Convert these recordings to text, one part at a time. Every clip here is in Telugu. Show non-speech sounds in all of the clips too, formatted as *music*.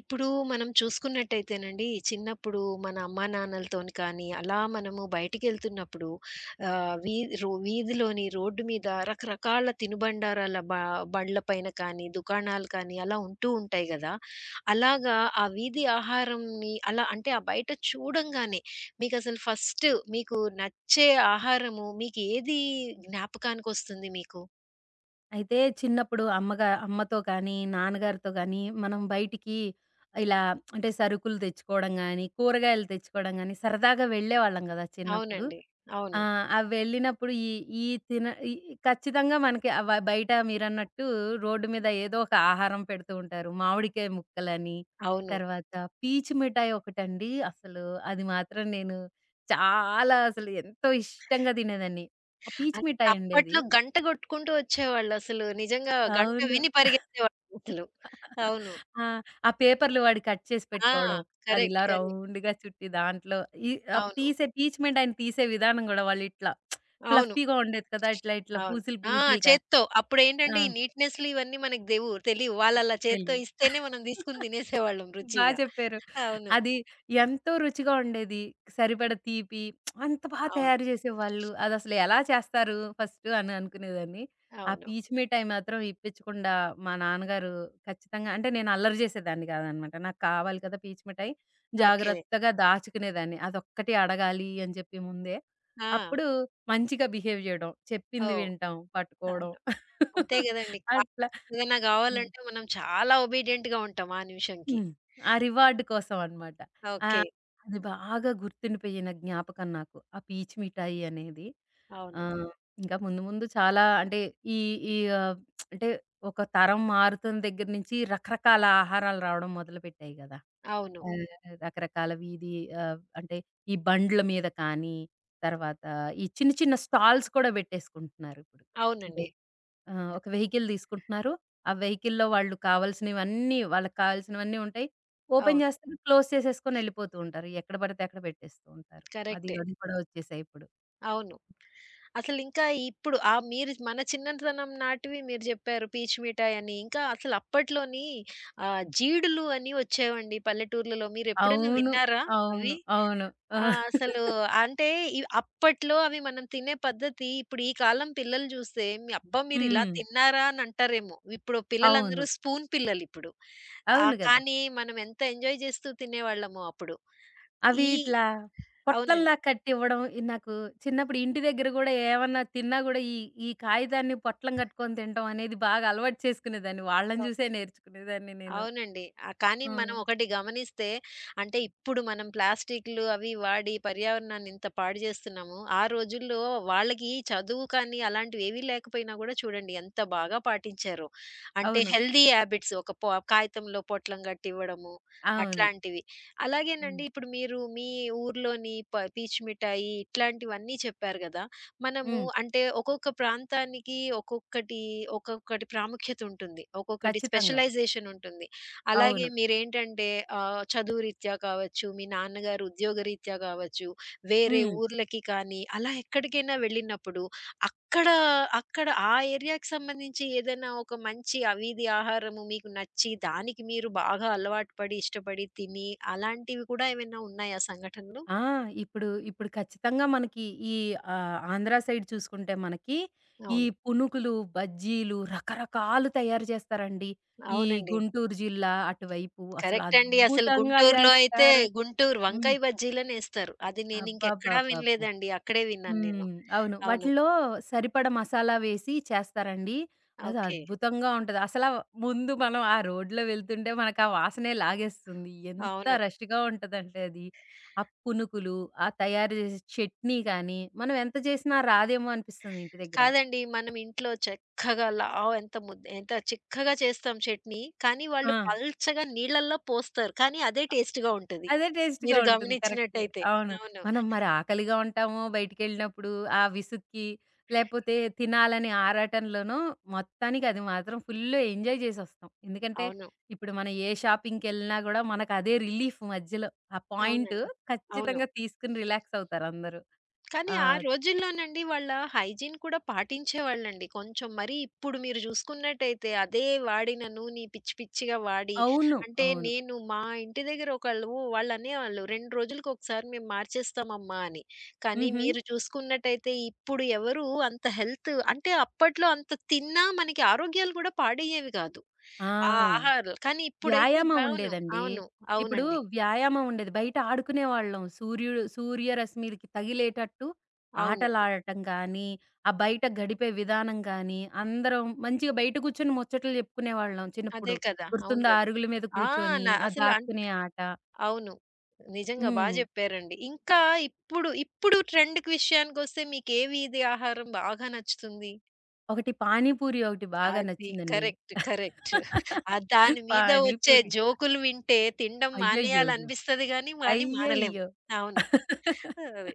ఇప్పుడు మనం చూసుకున్నట్టయితేనండి, చిన్నప్పుడు మన అమ్మా నాన్నలతోని కానీ, అలా మనము బయటికెళ్తున్నప్పుడు ఆహ్, వీ రో వీధిలోని రోడ్డు మీద రకరకాల తినుబండారాల బండ్ల పైన కానీ, దుకాణాలు కానీ అలా ఉంటూ ఉంటాయి గదా! అలాగా ఆ వీధి ఆహారంని అలా అంటే ఆ బయట చూడంగానే మీకసలు ఫస్ట్ మీకు నచ్చే ఆహారము మీకు ఏది జ్ఞాపకానికొస్తుంది మీకు? అయితే చిన్నప్పుడు అమ్మతో కానీ, నాన్నగారితో గానీ, మనం బయటికి ఇలా అంటే సరుకులు తెచ్చుకోవడం గానీ, కూరగాయలు తెచ్చుకోవడం గానీ, సరదాగా వెళ్ళేవాళ్ళం గదా! చిన్నప్పుడు. అవునండి. ఆ! అవును. అవి వెళ్ళినప్పుడు ఈ ఈ తిన ఈ ఈ ఖచ్చితంగా మనకి బయట మీరన్నట్టు రోడ్డు మీద ఏదో ఒక ఆహారం పెడుతూ ఉంటారు. మామిడికాయ ముక్కలని, అవును. తర్వాత పీచు మిఠాయి ఒకటండి అసలు అది మాత్రం నేను చాలా అసలు ఎంతో ఇష్టంగా తినేదాన్ని. ఆ పీచు అన్ మిఠాయి ఉండేది. అప్పట్లో గంట గొట్టుకుంటూ వచ్చేవాళ్ళసలు. నిజంగా గంట అవును. విని పరిగెత్తేవాళ్ళసలు. అవును. ఆ! ఆ పేపర్‌లు వాడు కట్ చేసి ఆ! పెట్టుకోవడం. అది ఇలా కరెక్ట్. కరెక్ట్. రౌండ్‌గా చుట్టి దాంట్లో ఈ ఆహ్, అవును. తీసే టీచ్‌మెంట్ ఆయన తీసే విధానం గూడా వాళ్ళిట్లా అవును. ఫ్లఫీగా ఉండేది కదా! ఇట్లా ఇట్లా అవును. పూసలు ఆ! పూసలుగా. చేత్తో. ఆ! అప్పుడేంటంటే, ఈ నీట్‌నెస్‌లు ఇవన్నీ మనకు దెవు తెలీవు. వాళ్ళలా చేత్తో తెలియదు. ఇస్తేనే మనం తీసుకొని తినేసేవాళ్ళం బా రుచిగా. చెప్పారు. అవును. అది ఎంతో రుచిగా ఉండేది. సరిపడా తీపి అంత బా అవును. తయారు చేసేవాళ్ళు. అదసలు ఎలా చేస్తారు ఫస్టు అని అనుకునేదాన్ని. ఆ అవును. పీచు మిఠాయి మాత్రం ఇప్పించకుండా మా నాన్నగారు ఖచ్చితంగా అంటే నేను అల్లరి చేసేదాన్ని కాదనమాట. నాకు కావాలి కదా! పీచు మిఠాయి. ఓకే. జాగ్రత్తగా దాచుకునేదాన్ని. అదొక్కటి అడగాలి అని చెప్పి ముందే. ఆ! అప్పుడు మంచిగా బిహేవ్ చేయడం. చెప్పింది ఓహ్! వినటం, పట్టుకోవడం అవును. అంతే *laughs* గదండీ! అట్లా. ఏదైనా హ్మ్. గావాలంటే మనం చాలా ఒబీడియంట్‌గా ఉంటాం ఆ నిమిషంకి. హ్మ్. ఆ రివార్డ్ కోసం అన్నమాట. ఓకే. ఆహ్, అది బాగా గుర్తుండిపోయిన జ్ఞాపకం నాకు. ఆ పీచ్ మిఠాయి అనేది. అవును. ఆహ్, ఇంకా ముందు ముందు చాలా అంటే ఈ ఈ ఆహ్, అంటే ఒక తరం మారుతున్న దగ్గర నుంచి రకరకాల ఆహారాలు రావడం మొదలుపెట్టాయి గదా! అవును. ఆహ్, రకరకాల వీధి ఆహ్, అంటే ఈ బండ్ల మీద కానీ, తర్వాత ఈ చిన్న చిన్న స్టాల్స్ కూడా పెట్టేసుకుంటున్నారు ఇప్పుడు. అంటే అవునండి. ఆ! ఒక వెహికల్ తీసుకుంటున్నారు. ఆ వెహికల్‌లో వాళ్ళు కావాల్సినవన్నీ, వాళ్ళకి కావాల్సినవన్నీ ఉంటాయి. ఓపెన్ అవును. చేస్తారు. క్లోజ్ చేసేసుకొని ఎళ్ళిపోతూ ఉంటారు. ఎక్కడ పడితే అక్కడ పెట్టేస్తూ ఉంటారు. అది కరెక్టే. అది కూడా వచ్చేసాయి ఇప్పుడు. అవును. అసలింకా ఇప్పుడు ఆ మీరు మన చిన్నతనం నాటివి మీరు జెప్పారు పీచు మిఠాయని. ఇంకా అసలు అప్పట్లోని జీడులు అని వచ్చేవండి పల్లెటూర్లలో. మీరెప్పుడైనా అవును. విన్నారా అవును. అవి? అవును. ఆ! అసలు అంటే అప్పట్లో అవి మనం తినే పద్ధతి ఇప్పుడు ఈ కాలం పిల్లలు జూస్తే మీ అబ్బా! మీరిలా హ్మ్. తిన్నారా అని అంటారేమో. ఇప్పుడు పిల్లలందరూ అవును. స్పూన్ పిల్లలిప్పుడు. అవును గదా! కానీ మనం ఎంత ఎంజాయ్ జేస్తూ తినేవాళ్ళమో అప్పుడు. అవి ఈ ఇట్లా పొట్లంలా అవునండి. కట్టివ్వడం నాకు చిన్నప్పుడు ఇంటి దగ్గర గూడా ఏమన్నా తిన్నా గూడా ఈ ఈ కాగితాన్ని పొట్లం కట్టుకొని తినటం అనేది బాగా అలవాటు చేసుకునేదాన్ని. వాళ్ళని చూసే నేర్చుకునేదాన్ని నేను. అవునండి. కానీ ఆ! మనం ఒకటి గమనిస్తే అంటే ఇప్పుడు మనం ప్లాస్టిక్‌లు అవి వాడి పర్యావరణాన్ని ఇంత పాడు జేస్తున్నాము. ఆ రోజుల్లో వాళ్ళకి చదువు కానీ అలాంటివేవీ లేకపోయినా గూడా చూడండి ఎంత బాగా పాటించారో. అంటే అవును. హెల్తీ హాబిట్స్ ఒక పొ కాగితంలో పొట్లం గట్టివ్వడము అవును. అట్లాంటివి. హ్మ్. అలాగేనండి ఇప్పుడు మీరు మీ ఊర్లోని పీచు మిఠాయి ఇట్లాంటివన్నీ చెప్పారు గదా! మనము హ్మ్. అంటే ఒక్కొక్క ప్రాంతానికి ఒక్కొక్కటి ఒక్కొక్కటి ప్రాముఖ్యత ఉంటుంది. ఒక్కొక్కటి ఖచ్చితంగా. స్పెషలైజేషన్ ఉంటుంది. అలాగే అవును. మీరేంటంటే చదువు రీత్యా కావచ్చు, మీ నాన్నగారు ఉద్యోగ రీత్యా కావచ్చు, వేరే హ్మ్. ఊర్లకి కానీ అలా ఎక్కడికైనా వెళ్ళినప్పుడు అక్కడ, అక్కడ ఆ ఏరియాకి సంబంధించి ఏదైనా ఒక మంచి ఆ వీధి ఆహారము మీకు నచ్చి దానికి మీరు బాగా అలవాటు పడి, ఇష్టపడి తిని అలాంటివి కూడా ఏమైనా ఉన్నాయా సంఘటనలు? ఆ! ఇప్పుడు ఖచ్చితంగా మనకి ఈ ఆంధ్ర సైడ్ చూసుకుంటే మనకి ఈ అవును. పునుకులు, బజ్జీలు రకరకాలు తయారు చేస్తారండి. ఈ అవునండి. గుంటూరు జిల్లా అటువైపు అసలు కరెక్ట్ అండి. అసలు అద్భుతంగా గుంటూరులో అయితే చేస్తారు. గుంటూరు హ్మ్. వంకాయ బజ్జీలనేస్తారు. అది నేనింకెక్కడా అబ్బబ్బబ్బబ్బా! వినలేదండి. అక్కడే విన్నాను నేను. హ్మ్. అవును. అవును. వాటిలో సరిపడా మసాలా వేసి చేస్తారండి. అది ఓకే. అద్భుతంగా ఉంటది. అసలా ముందు మనం ఆ రోడ్లో వెళ్తుంటే మనకు ఆ వాసనే లాగేస్తుంది. ఎంత అవును. రష్‌గా ఉంటదంటే అది. ఆ పునుకులు, ఆ తయారు చేసే చట్నీ కానీ, మనం ఎంత చేసినా రాదేమో అనిపిస్తుంది ఇంటి దగ్గర. కాదండి మనం ఇంట్లో చక్కగా లావు ఎంత ముద్ద ఎంత చిక్కగా చేస్తాం చట్నీ. కానీ ఆ! వాళ్ళు పల్చగా నీళ్ళల్లో పోస్తారు. కానీ అదే టేస్ట్‌గా ఉంటది. అదే టేస్ట్‌గా మీరు ఉంటుంది. కరెక్టే. గమనించినట్టయితే. అవును. అవును. మనం మరి ఆకలిగా ఉంటాము బయటికెళ్ళినప్పుడు. ఆ విసుక్కి, లేపోతే తినాలనే ఆరాటంలోనో మొత్తానికి అది మాత్రం ఫుల్లు ఎంజాయ్ జేసొస్తాం. ఎందుకంటే, అవును. ఇప్పుడు మనం ఏ షాపింగ్‌కెళ్ళినా గూడా మనకదే రిలీఫ్ మధ్యలో. ఆ పాయింటు అవునండి. అవును. ఖచ్చితంగా తీసుకొని రిలాక్స్ అవుతారందరూ. కానీ ఆ! ఆ రోజుల్లోనండి వాళ్ళ హైజీన్ కూడా పాటించేవాళ్ళండి. కొంచెం మరీ ఇప్పుడు మీరు చూసుకున్నట్టయితే అదే వాడిన నూనె పిచ్చి పిచ్చిగా వాడి అవును. అంటే అవును. నేను మా ఇంటి దగ్గర ఒకళ్ళు వాళ్ళు అనేవాళ్ళు, "2 రోజులకొకసారి మేము మార్చేస్తామమ్మా" అని. కానీ హుహు. మీరు చూసుకున్నట్టయితే ఇప్పుడు ఎవరు అంత హెల్త్ అంటే అప్పట్లో అంత తిన్నా మనకి ఆరోగ్యాలు కూడా పాడయ్యేవి కాదు. ఆ! ఆ ఆహారాలు. కానీ ఇప్పుడైతే వ్యాయామం అవును. ఉండేదండి. అవును. ఇప్పుడు అవునండి. వ్యాయామం ఉండేది. బయట ఆడుకునేవాళ్ళం. సూర్యుడు సూర్యరశ్మిలకి తగిలేటట్టు అవునండి. ఆటలాడటం గానీ, ఆ బయట గడిపే విధానం గానీ, అందరం మంచిగా బయట కూర్చొని ముచ్చట్లు చెప్పుకునేవాళ్ళం అదే చిన్నప్పుడు. కదా! అవును గుర్తుందా? కదా! అరుగుల మీద ఆ! కూర్చొని, న ఆ అసలు అన్ దాక్కునే ఆట. అవును. నిజంగా బా హ్మ్. జెప్పారండి. ఇంకా ఇప్పుడు ట్రెండ్‌కి విషయానికొస్తే మీకే వీధి ఆహారం బాగా నచ్చుతుంది? ఒకటి పానీపూరి ఒకటి బాగా అది నచ్చిందండి. కరెక్ట్. కరెక్ట్. *laughs* ఆ దాని మీద వచ్చే పానీపూరి. జోకులు వింటే తినడం అయ్యయ్యయ్యో! మానేయాలనిపిస్తది గానీ, కానీ మానలేం. అయ్యయ్యో! అవును. అది.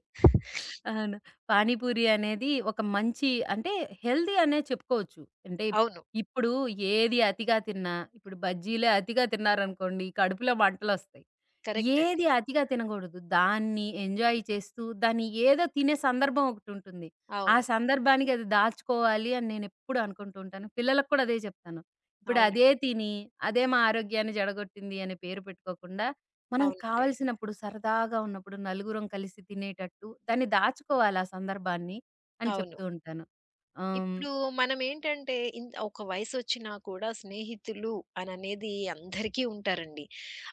అవును. పానీపూరి అనేది ఒక మంచి అంటే హెల్తీ అనే చెప్పుకోవచ్చు. అంటే అవును. ఇప్పుడు ఏది అతిగా తిన్నా, ఇప్పుడు బజ్జీలే అతిగా తిన్నారనుకోండి కడుపులో మంటలొస్తాయి. కరెక్ట్ అండి. ఏది అతిగా తినగూడదు. దాన్ని ఎంజాయ్ చేస్తూ దాన్ని ఏదో తినే సందర్భం ఒకటుంటుంది. ఆ అవును. సందర్భానికి అది దాచుకోవాలి అని నేనెప్పుడు అనుకుంటూ ఉంటాను. పిల్లలకు కూడా అదే చెప్తాను. ఇప్పుడు అదే అవునండి. తిని అదే మా ఆరోగ్యాన్ని జడగొట్టింది అనే పేరు పెట్టుకోకుండా మనం అవునండి. కావలసినప్పుడు సరదాగా ఉన్నప్పుడు నలుగురం కలిసి తినేటట్టు దాన్ని దాచుకోవాలి ఆ సందర్భాన్ని అని అవును. చెప్తూ ఉంటాను. ఆహ్, హ్మ్. ఇప్పుడు మనమేంటంటే ఒక వయసొచ్చినా కూడా స్నేహితులు అననేది అందరికీ ఉంటారండి.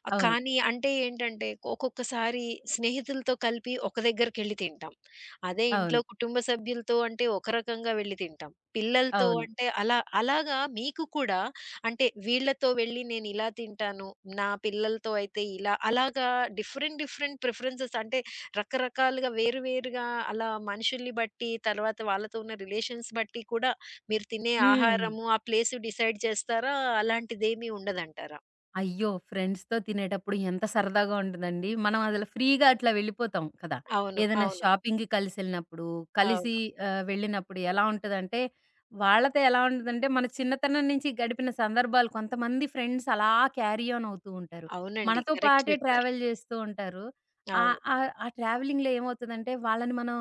అవును. కానీ అంటే ఏంటంటే ఒక్కొక్కసారి స్నేహితులతో కలిపి ఒక దగ్గరికెళ్లి తింటాం. అదే అవును. ఇంట్లో కుటుంబ సభ్యులతో అంటే ఒక రకంగా వెళ్లి తింటాం. పిల్లలతో అవును. అంటే అలా అలాగా మీకు కూడా అంటే వీళ్ళతో వెళ్ళి నేనిలా తింటాను. నా పిల్లలతో అయితే ఇలా అలాగా డిఫరెంట్ డిఫరెంట్ ప్రిఫరెన్సెస్ అంటే రకరకాలుగా వేరు వేరుగా అలా మనుషుల్ని బట్టి, తర్వాత వాళ్ళతో ఉన్న రిలేషన్స్ బట్టి కూడా మీరు తినే హ్మ్. ఆహారము, ఆ ప్లేసు డిసైడ్ చేస్తారా? అలాంటిదేమీ ఉండదంటారా? అయ్యో! ఫ్రెండ్స్‌తో తినేటప్పుడు ఎంత సరదాగా ఉంటదండి. మనం అసలు ఫ్రీగా అట్లా వెళ్ళిపోతాం కదా! అవును. ఏదైనా అవును. షాపింగ్‌కి కలిసెళ్ళినప్పుడు, కలిసి అవును. వెళ్ళినప్పుడు ఎలా ఉంటదంటే, వాళ్ళతో ఎలా ఉంటదంటే, మన చిన్నతనం నుంచి గడిపిన సందర్భాలు కొంతమంది ఫ్రెండ్స్ అలా క్యారీ ఆన్ అవుతూ ఉంటారు. అవునండి. మనతో కరెక్ట్ పాటే చెప్పారు. ట్రావెల్ చేస్తూ ఉంటారు. ఆహ్, అవును. ఆహ్, ఆ ట్రావెలింగ్‌లో ఏమవుతదంటే, వాళ్ళని మనం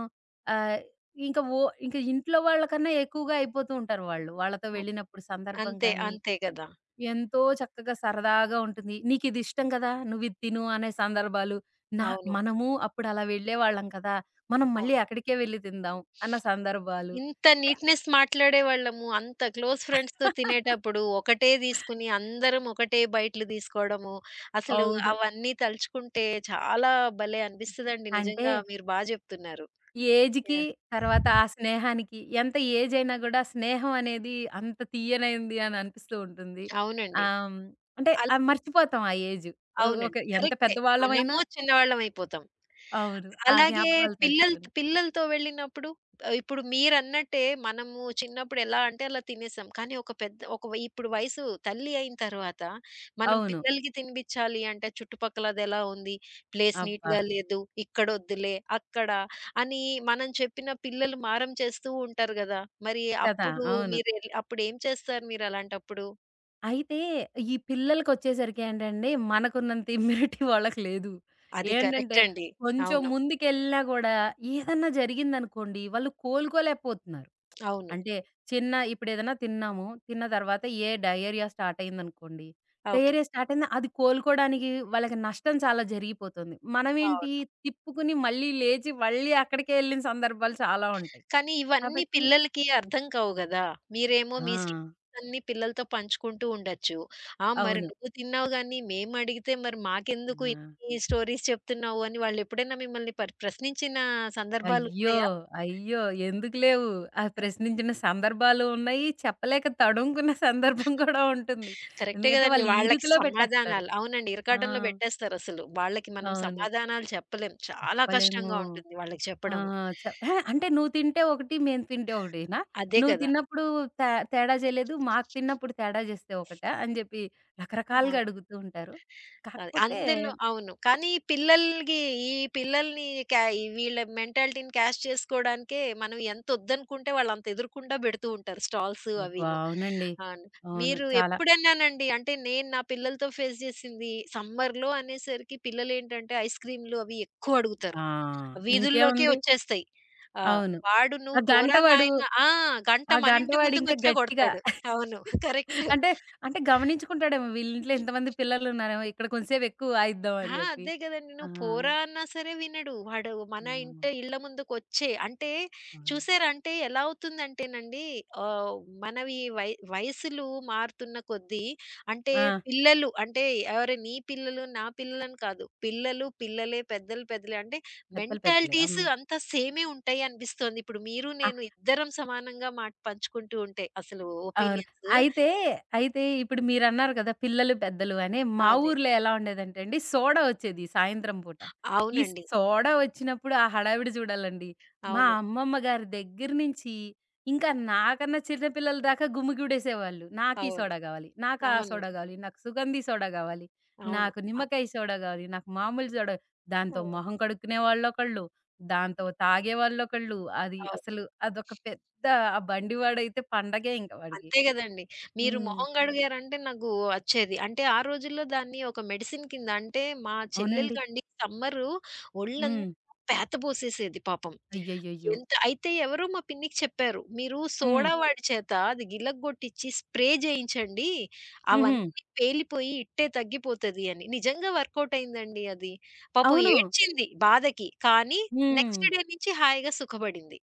ఆహ్, ఇంకా ఓ ఇంకా ఇంట్లో వాళ్ళకన్నా ఎక్కువగా అయిపోతూ ఉంటారు వాళ్ళు. వాళ్ళతో అన్ వెళ్ళినప్పుడు సందర్భం అంతే. గాని అంతే కదా! ఎంతో చక్కగా సరదాగా ఉంటుంది. "నీకిది ఇష్టం కదా! నువ్విది తిను" అనే సందర్భాలు. నా అవును. మనము అప్పుడు అలా వెళ్ళేవాళ్ళం కదా! మనం అవును. మళ్ళీ అక్కడికే వెళ్లి తిందాం అన్న సందర్భాలు. ఇంత అంటే నీట్‌నెస్ మాట్లాడేవాళ్ళము, అంత క్లోజ్ ఫ్రెండ్స్‌తో *laughs* తినేటప్పుడు ఒకటే తీసుకుని అందరం ఒకటే బైటులు తీసుకోవడము, అసలు అవును. అవన్నీ తలుచుకుంటే చాలా భలే అనిపిస్తదండి. అంటే నిజంగా మీరు బా చెప్తున్నారు. ఏజ్‌కి, యాహ్! తర్వాత ఆ స్నేహానికి ఎంత ఏజ్ అయినా గూడా స్నేహం అనేది అంత తియ్యనైంది అని అనిపిస్తూ ఉంటుంది. అవునండి. ఆహ్, హ్మ్, అంటే అల్ మర్చిపోతాం ఆ ఏజ్. ఒక అవునండి. ఎంత కరెక్టే. పెద్దవాళ్ళమైనా మనము చిన్నవాళ్ళమైపోతాం. అవును. ఆ అలాగే జ్ఞాపకాలు తలుచుకొని. పిల్లలతో వెళ్ళినప్పుడు ఇప్పుడు మీరన్నట్టే మనము చిన్నప్పుడు ఎలా అంటే అలా తినేసాం. కానీ ఒక పెద్ద ఒక వై ఇప్పుడు వయసు తల్లి అయిన తర్వాత మనం అవును. పిల్లలకి తినిపించాలి అంటే చుట్టుపక్కల అదెలా ఉంది, ప్లేస్ అబ్బా! నీట్‌గా లేదు, ఇక్కడొద్దులే, అక్కడ అని మనం చెప్పిన పిల్లలు మారం చేస్తూ ఉంటారు గదా! మరి కదా! అప్పుడు అవును. మీరు ఎల్ అప్పుడేం చేస్తారు మీరు అలాంటప్పుడు? అయితే, ఈ పిల్లలకొచ్చేసరికి ఏంటండి, మనకున్నంత ఇమ్యూనిటీ *laughs* వాళ్ళకి లేదు. అది ఏంటంటే, కరెక్ట్ అండి. కొంచెం అవును. ముందుకెళ్ళినా గూడా ఏదన్నా జరిగిందనుకోండి, వాళ్ళు కోలుకోలేకపోతున్నారు. అవును. అంటే, చిన్న ఇప్పుడేదన్నా తిన్నాము, తిన్న తర్వాత ఏ డయేరియా స్టార్ట్ అయిందనుకోండి, ఓకే. డయేరియా స్టార్ట్ అయింది అది కోలుకోడానికి వాళ్ళకి నష్టం చాలా జరిగిపోతుంది. మనమేంటి అవును. తిప్పుకుని మళ్ళీ లేచి, మళ్ళీ అక్కడికే ఎళ్ళిన సందర్భాలు చాలా ఉంటాయి. కానీ ఇవన్నీ కాబట్టి పిల్లలకి అర్థం కావు గదా! మీరేమో ఆ! మీ స్టోరీస్ అన్నీ పిల్లలతో పంచుకుంటూ ఉండొచ్చు. ఆ! మరి అవును. నువ్వు తిన్నావు గానీ మేమడిగితే మరి మాకెందుకు ఆ! ఇన్ని స్టోరీస్ చెప్తున్నావు అని వాళ్ళెప్పుడైనా మిమ్మల్ని ప్రశ్నించిన అయ్యో! సందర్భాలున్నాయా? అయ్యో! ఎందుకు లేవు. ఆ ప్రశ్నించిన సందర్భాలు ఉన్నాయి. చెప్పలేక తడుముకున్న సందర్భం కూడా ఉంటుంది. కరెక్టే ఎందుకంటే గదండీ. వాళ్ళు వాళ్ళకి ఇరుకులో పెట్టేస్తారు. సమాధానాలు అవునండి. ఆ! ఇరకాటంలో బెట్టేస్తారసలు. వాళ్ళకి మనం అవును. సమాధానాలు చెప్పలేం. చాలా చెప్పలేము. కష్టంగా ఉంటుంది వాళ్ళకి ఆ! చెప్పడము. అహా! అంటే నువ్వు తింటే ఒకటి, మేము తింటే ఒకటేనా? అదే నువ్వు కదా! తిన్నప్పుడు తే తేడా చేయలేదు. మాకు తిన్నప్పుడు తేడా చేస్తే ఒకటా? అని చెప్పి రకరకాలుగా అవును. అడుగుతూ ఉంటారు. అది. కాకపోతే అందరిలో అవును. కానీ ఈ పిల్లలకి ఈ పిల్లల్ని ఈ వీళ్ళ మెంటాలిటీని క్యాష్ చేసుకోవడానికే మనం ఎంత వద్దనుకుంటే వాళ్ళంత ఎదురకుండా పెడుతూ ఉంటారు స్టాల్స్ అబ్బా! అవీను. అవునండి. అవును. అవును. మీరు చాలా ఎప్పుడన్నానండి అంటే నేను నా పిల్లలతో ఫేస్ చేసింది సమ్మర్‌లో అనేసరికి పిల్లలేంటంటే ఐస్ క్రీమ్‌లు అవి ఎక్కువ అడుగుతారు. ఆ! వీధుల్లోకే ఇంకేముంది. వచ్చేస్తాయి. ఆ! అవును. వాడు ఆ! "నువ్వు గంట పోరా వాడు నాయన" ఆ! గంట ఆ! గంట మనింటి వాడింకా ముందుకొచ్చే గట్టిగా కొడతాడు. అవును. *laughs* కరెక్ట్. అంటే, అంటే గమనించుకుంటాడేమో వీళ్ళింట్లో ఇంతమంది పిల్లలున్నారేమో ఇక్కడ కొంసేపు ఎక్కువ వాయిద్దాం అని ఆ! జెప్పి. అదే గదండీ. ఆ! నువ్వు పోరా అన్నా సరే వినడు. వాడు మన అవును. ఇళ్ళ ముందుకొచ్చే అంటే అవును. చూసారా అంటే ఎలా అవుతుందంటేనండి ఆహ్, మనవి వయసులు మారుతున్న కొద్దీ అంటే ఆ! పిల్లలు అంటే ఎవరు నీ పిల్లలు, నా పిల్లలని కాదు. పిల్లలు పిల్లలే, పెద్దలు పెద్దలే అంటే పెద్దలు పెద్దలే. మెంటాలిటీస్ అవును. అంతా సేమే ఉంటాయి అనిపిస్తోంది. ఇప్పుడు మీరు నేను ఇద్దరం సమానంగా మాట పంచుకుంటూ ఉంటే అసలు అవును. ఒపీనియన్స్. అయితే, అయితే ఇప్పుడు మీరన్నారు కదా! పిల్లలు, పెద్దలు అని. మా అదే. ఊర్లో ఎలా ఉండేదంటే అండి, సోడా వచ్చేది సాయంత్రం పూట. ఈ అవునండి. సోడా వచ్చినప్పుడు ఆ హడావిడి చూడాలండి. మా అవును. అమ్మమ్మ గారి దగ్గర నుంచి ఇంకా నాకన్నా చిన్న పిల్లల దాకా గుమిగూడేసేవాళ్ళు. నాకీ అవును. సోడా గావాలి, నాకా అవును. సోడా గావాలి, నాకు సుగంధి సోడా గావాలి, అవును. నాకు నిమ్మకాయ సోడా గావాలి, నాకు మామూలు సోడా అ! దాంతో మొహం కడుక్కునే వాళ్ళొకళ్ళు, దాంతో తాగేవాళ్ళొకళ్ళు. అది అవ్ అసలు అదొక పెద్ద ఆ బండివాడైతే పండగే ఇంక వాడికి. అంతే గదండీ. మీరు హ్మ్. మొహం గడిగారంటే నాకు వచ్చేది. అంటే ఆ రోజుల్లో దాన్ని ఒక మెడిసిన్ కింద అంటే మా అవునండి. చెల్లెలకండి సమ్మరు ఒళ్ళంతా హ్మ్. పేత పోసేసేది పాపం. అయ్యయ్యయ్యో! ఎంత అయితే ఎవరో మా పిన్నికి చెప్పారు. "మీరు హ్మ్. సోడా వాడి చేత అది గిలగ్గొట్టిచ్చి స్ప్రే జేయించండి. హుహు. అవన్నీ పేలిపోయి ఇట్టే తగ్గిపోతది" అని. నిజంగా వర్కౌట్ అయిందండి అది. పాపం అవును. ఏడ్చింది బాధకి. కానీ హ్మ్. నెక్స్ట్ డే నుంచి హాయిగా సుఖపడింది.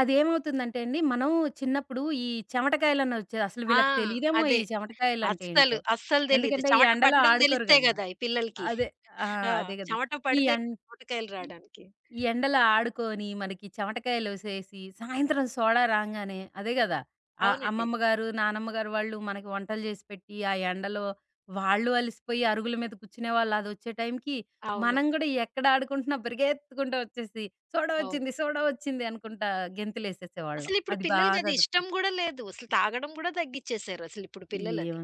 అదేమవుతుందంటే అండి, మనం చిన్నప్పుడు ఈ చెమటకాయలని వచ్చే అసలు ఆ! వీళ్ళకి తెలీదేమో అదే. ఈ చెమటకాయలంటే అస్సలు. ఏంటో. అస్సలు తెలీదు. ఎందుకంటే, ఈ చెమట ఎండలో పట్టడం ఆడుకోరు దెలిస్తే గదా! గదా! ఈ పిల్లలకి. అదే. ఆ! ఆ! అదే గదా! చెమట ఈ పడితే ఎన్ పొటకాయలు రాడానికి. ఈ ఎండలో ఆడుకొని, మనకి చెమటకాయలోసేసి, సాయంత్రం సోడా రాంగానే అదే గదా! అవునండి. అమ్మమ్మ గారు, నానమ్మ గారు వాళ్ళు మనకి వంటలు జేసి పెట్టి, ఆ ఎండలో వాళ్ళు అలిసిపోయి అరుగుల మీద కూర్చునేవాళ్ళు. అదొచ్చే టైంకి అవును. మనం గూడా ఎక్కడ ఆడుకుంటున్నా పరిగెత్తుకుంటూ వచ్చేసి, "సోడా అవును. వచ్చింది, సోడా వచ్చింది" అనుకుంటా గెంతులేసేసేవాళ్ళం. అసలిప్పుడు అది బాగా పిల్లలకది గుర్తు. ఇష్టం గూడా లేదు. అసలు తాగడం గూడా తగ్గిచ్చేసారు అసలిప్పుడు ఏం పిల్లలది.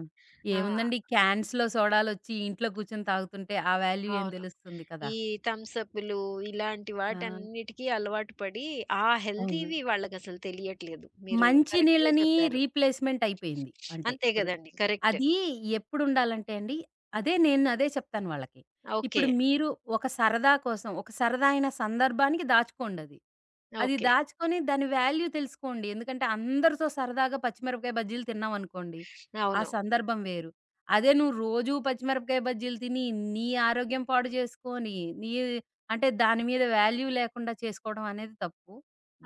ఆ! ఏముందండి క్యాన్స్‌లో సోడాలొచ్చి ఇంట్లో కూర్చొని తాగుతుంటే, ఆ వాల్యూ ఏం అవును. దెలుస్తుంది కదా! ఈ థమ్స్ అప్పులు ఇలాంటి ఆ! వాటన్నిటికి అలవాటు పడి, ఆ అవును. హెల్తీవి వాళ్ళకసలు తెలియట్లేదు. మీరు మంచి కరెక్ట్‌గా నీళ్ళని చెప్పారు. రీప్లేస్‌మెంట్ అయిపోయింది. అంటే అంతే ఇప్పుడు. గదండీ! కరెక్ట్. అది ఎప్పుడుండాలంటే అండి, అదే నేను అదే చెప్తాను వాళ్ళకి. ఓకే. ఇప్పుడు మీరు ఒక సరదా కోసం, ఒక సరదా అయిన సందర్భానికి దాచుకోండది. అది అది ఓకే. దాచుకొని దాని వాల్యూ తెలుసుకోండి. ఎందుకంటే అందరితో సరదాగా పచ్చిమిరపకాయ బజ్జీలు తిన్నామనుకోండి, ఆ అవును. సందర్భం వేరు. అదే నువ్వు రోజూ పచ్చిమిరపకాయ బజ్జీలు తిని, నీ ఆరోగ్యం పాడు చేసుకొని, నీ అంటే దాని మీద వాల్యూ లేకుండా చేసుకోవడం అనేది తప్పు.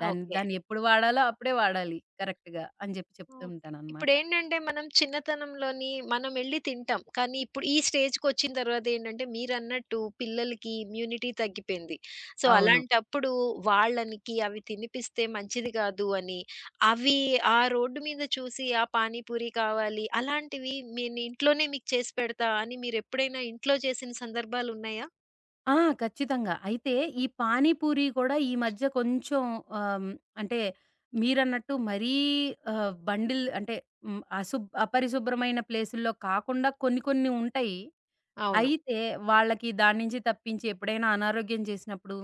దాన్ని ఓకే. దాన్ని ఎప్పుడు వాడాలో అప్పుడే వాడాలి కరెక్ట్‌గా అని జెప్పి చెప్తూ ఓకే. ఉంటాననమాట. ఇప్పుడేంటంటే మనం చిన్నతనంలోని మనం ఎళ్లి తింటాం. కానీ ఇప్పుడు ఈ స్టేజ్‌కొచ్చిన తర్వాత ఏంటంటే మీరన్నట్టు పిల్లలకి ఇమ్యూనిటీ తగ్గిపోయింది. సో, అవును. అలాంటప్పుడు వాళ్ళనికి అవి తినిపిస్తే మంచిది కాదు అని అవి ఆ రోడ్డు మీద చూసి ఆ పానీపూరి కావాలి అలాంటివి నేను ఇంట్లోనే మీకు చేసి పెడతా అని మీరెప్పుడైనా ఇంట్లో చేసిన సందర్భాలున్నాయా? ఆ! ఖచ్చితంగా. అయితే ఈ పానీపూరి కూడా ఈ మధ్య కొంచెం ఆహ్, అంటే మీరన్నట్టు మరీ బండిల్ అంటే హ్మ్, అశుబ్ అపరిశుభ్రమైన ప్లేసుల్లో కాకుండా కొన్ని కొన్ని ఉంటాయి. అవును. అయితే వాళ్ళకి దాని నుంచి తప్పించి ఎప్పుడైనా అనారోగ్యం చేసినప్పుడు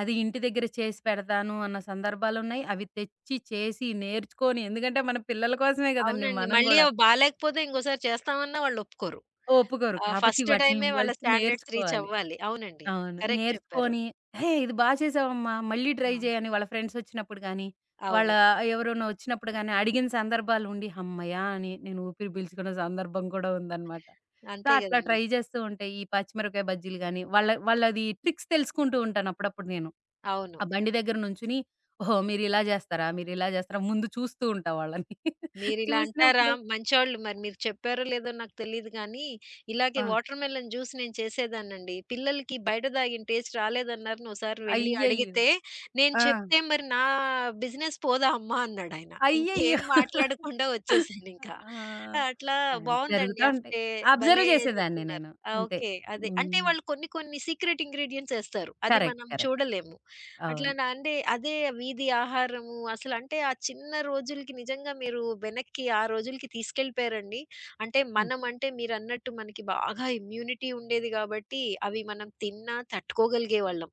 అది ఇంటి దగ్గర చేసి పెడతాను అన్న సందర్భాలున్నాయి. అవి తెచ్చి చేసి నేర్చుకొని ఎందుకంటే మన పిల్లల కోసమే గదండీ అవునండి. మనం మళ్ళీ గూడా. అవి బాలేకపోతే ఇంకోసారి చేస్తామన్నా వాళ్ళొప్పుకోరు. ఒప్పుకోరు. ఆ! కాబట్టి ఫస్ట్ వాటిలిని టైమే వాళ్ళ ఫస్ట్ స్టాండర్డ్స్ రీచ్ నేర్చుకోవాలి. అవ్వాలి. అవునండి. అవును. కరెక్ట్ చెప్పారు. నేర్చుకొని, "హే! ఇది బా చేసావమ్మా. మళ్ళీ ట్రై ఆ! చేయి" అని వాళ్ళ ఫ్రెండ్సొచ్చినప్పుడు గానీ, వాళ్ళ అవును. ఎవరైనా వచ్చినప్పుడు గానీ అడిగిన సందర్భాలుండి, హమ్మయ్య! అని నేను ఊపిరి పీల్చుకున్న సందర్భం కూడా ఉందనమాట. సో, అంతే అట్లా గదండీ! ట్రై చేస్తూ ఉంటే ఈ పచ్చిమిరపకాయ బజ్జీలు గానీ, వాళ్ళది ట్రిక్స్ తెలుసుకుంటూ ఉంటాను అప్పుడప్పుడు నేను. అవును. ఆ బండి దగ్గర నుంచుని, "ఓహో! మీరిలా చేస్తారా? మీరిలా చేస్తారా?" ముందు చూస్తూ ఉంటా వాళ్ళని. *laughs* మీరిలా అంటారా? చూసినప్పుడు మంచోళ్ళు మరి మీరు చెప్పారో లేదో నాకు తెలీదు గానీ, ఇలాగే ఆ! వాటర్ మెలన్ జ్యూస్ నేను చేసేదాన్నండి. పిల్లలకి బయట తాగిన టేస్ట్ రాలేదన్నారని ఓసారి వెళ్లి అయ్యయ్యో! అడిగితే, నేను ఆ! చెప్తే "మరి నా బిజినెస్ పోదా అమ్మా" అన్నాడాయన. అయ్యయ్యో! ఇంకేం మాట్లాడకుండా వచ్చేసానింకా. ఆ! అట్లా ఆ! బావుందండి. జరుగుతా ఉంటాయి. అసలే భలే అబ్జర్వ్ చేసేదాన్ని చెప్తున్నారు. నేను. ఆ! అంతే. ఓకే. అదే. అంటే హ్మ్. వాళ్ళు కొన్ని కొన్ని సీక్రెట్ ఇంగ్రీడియెంట్స్ ఏస్తారు. అది కరెక్ట్. మనం కరెక్ట్. చూడలేము. అవును. అట్లనా అంటే అదే వీధి ఆహారము అసలంటే ఆ చిన్న రోజులకి నిజంగా మీరు వెనక్కి ఆ రోజులకి తీసుకెళ్ళిపోయారండి. అంటే హ్మ్. మనం అంటే మీరన్నట్టు మనకి బాగా ఇమ్యూనిటీ ఉండేది గాబట్టి అవి మనం తిన్నా తట్టుకోగలిగేవాళ్ళం.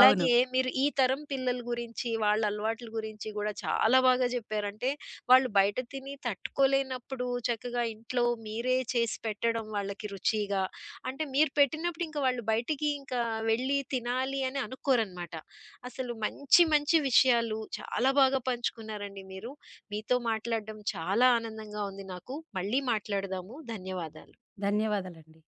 అవును. మీరు ఈ తరం పిల్లల గురించి వాళ్ళ అలవాట్ల గురించి గూడా చాలా బాగా జెప్పారు. అంటే వాళ్ళు బయట తిని తట్టుకోలేనప్పుడు చక్కగా ఇంట్లో మీరే చేసి పెట్టడం వాళ్ళకి రుచిగా. అంటే మీరు పెట్టినప్పుడు ఇంక వాళ్ళు బయటికి ఇంకా వెళ్ళి తినాలి అని అనుకోరనమాట. అసలు మంచి విషయాలు చాలా బాగా పంచుకున్నారండి మీరు. మీతో మాట్లాడడం చాలా ఆనందంగా ఉంది నాకు. మళ్ళీ మాట్లాడదాము. ధన్యవాదాలు. ధన్యవాదాలండి.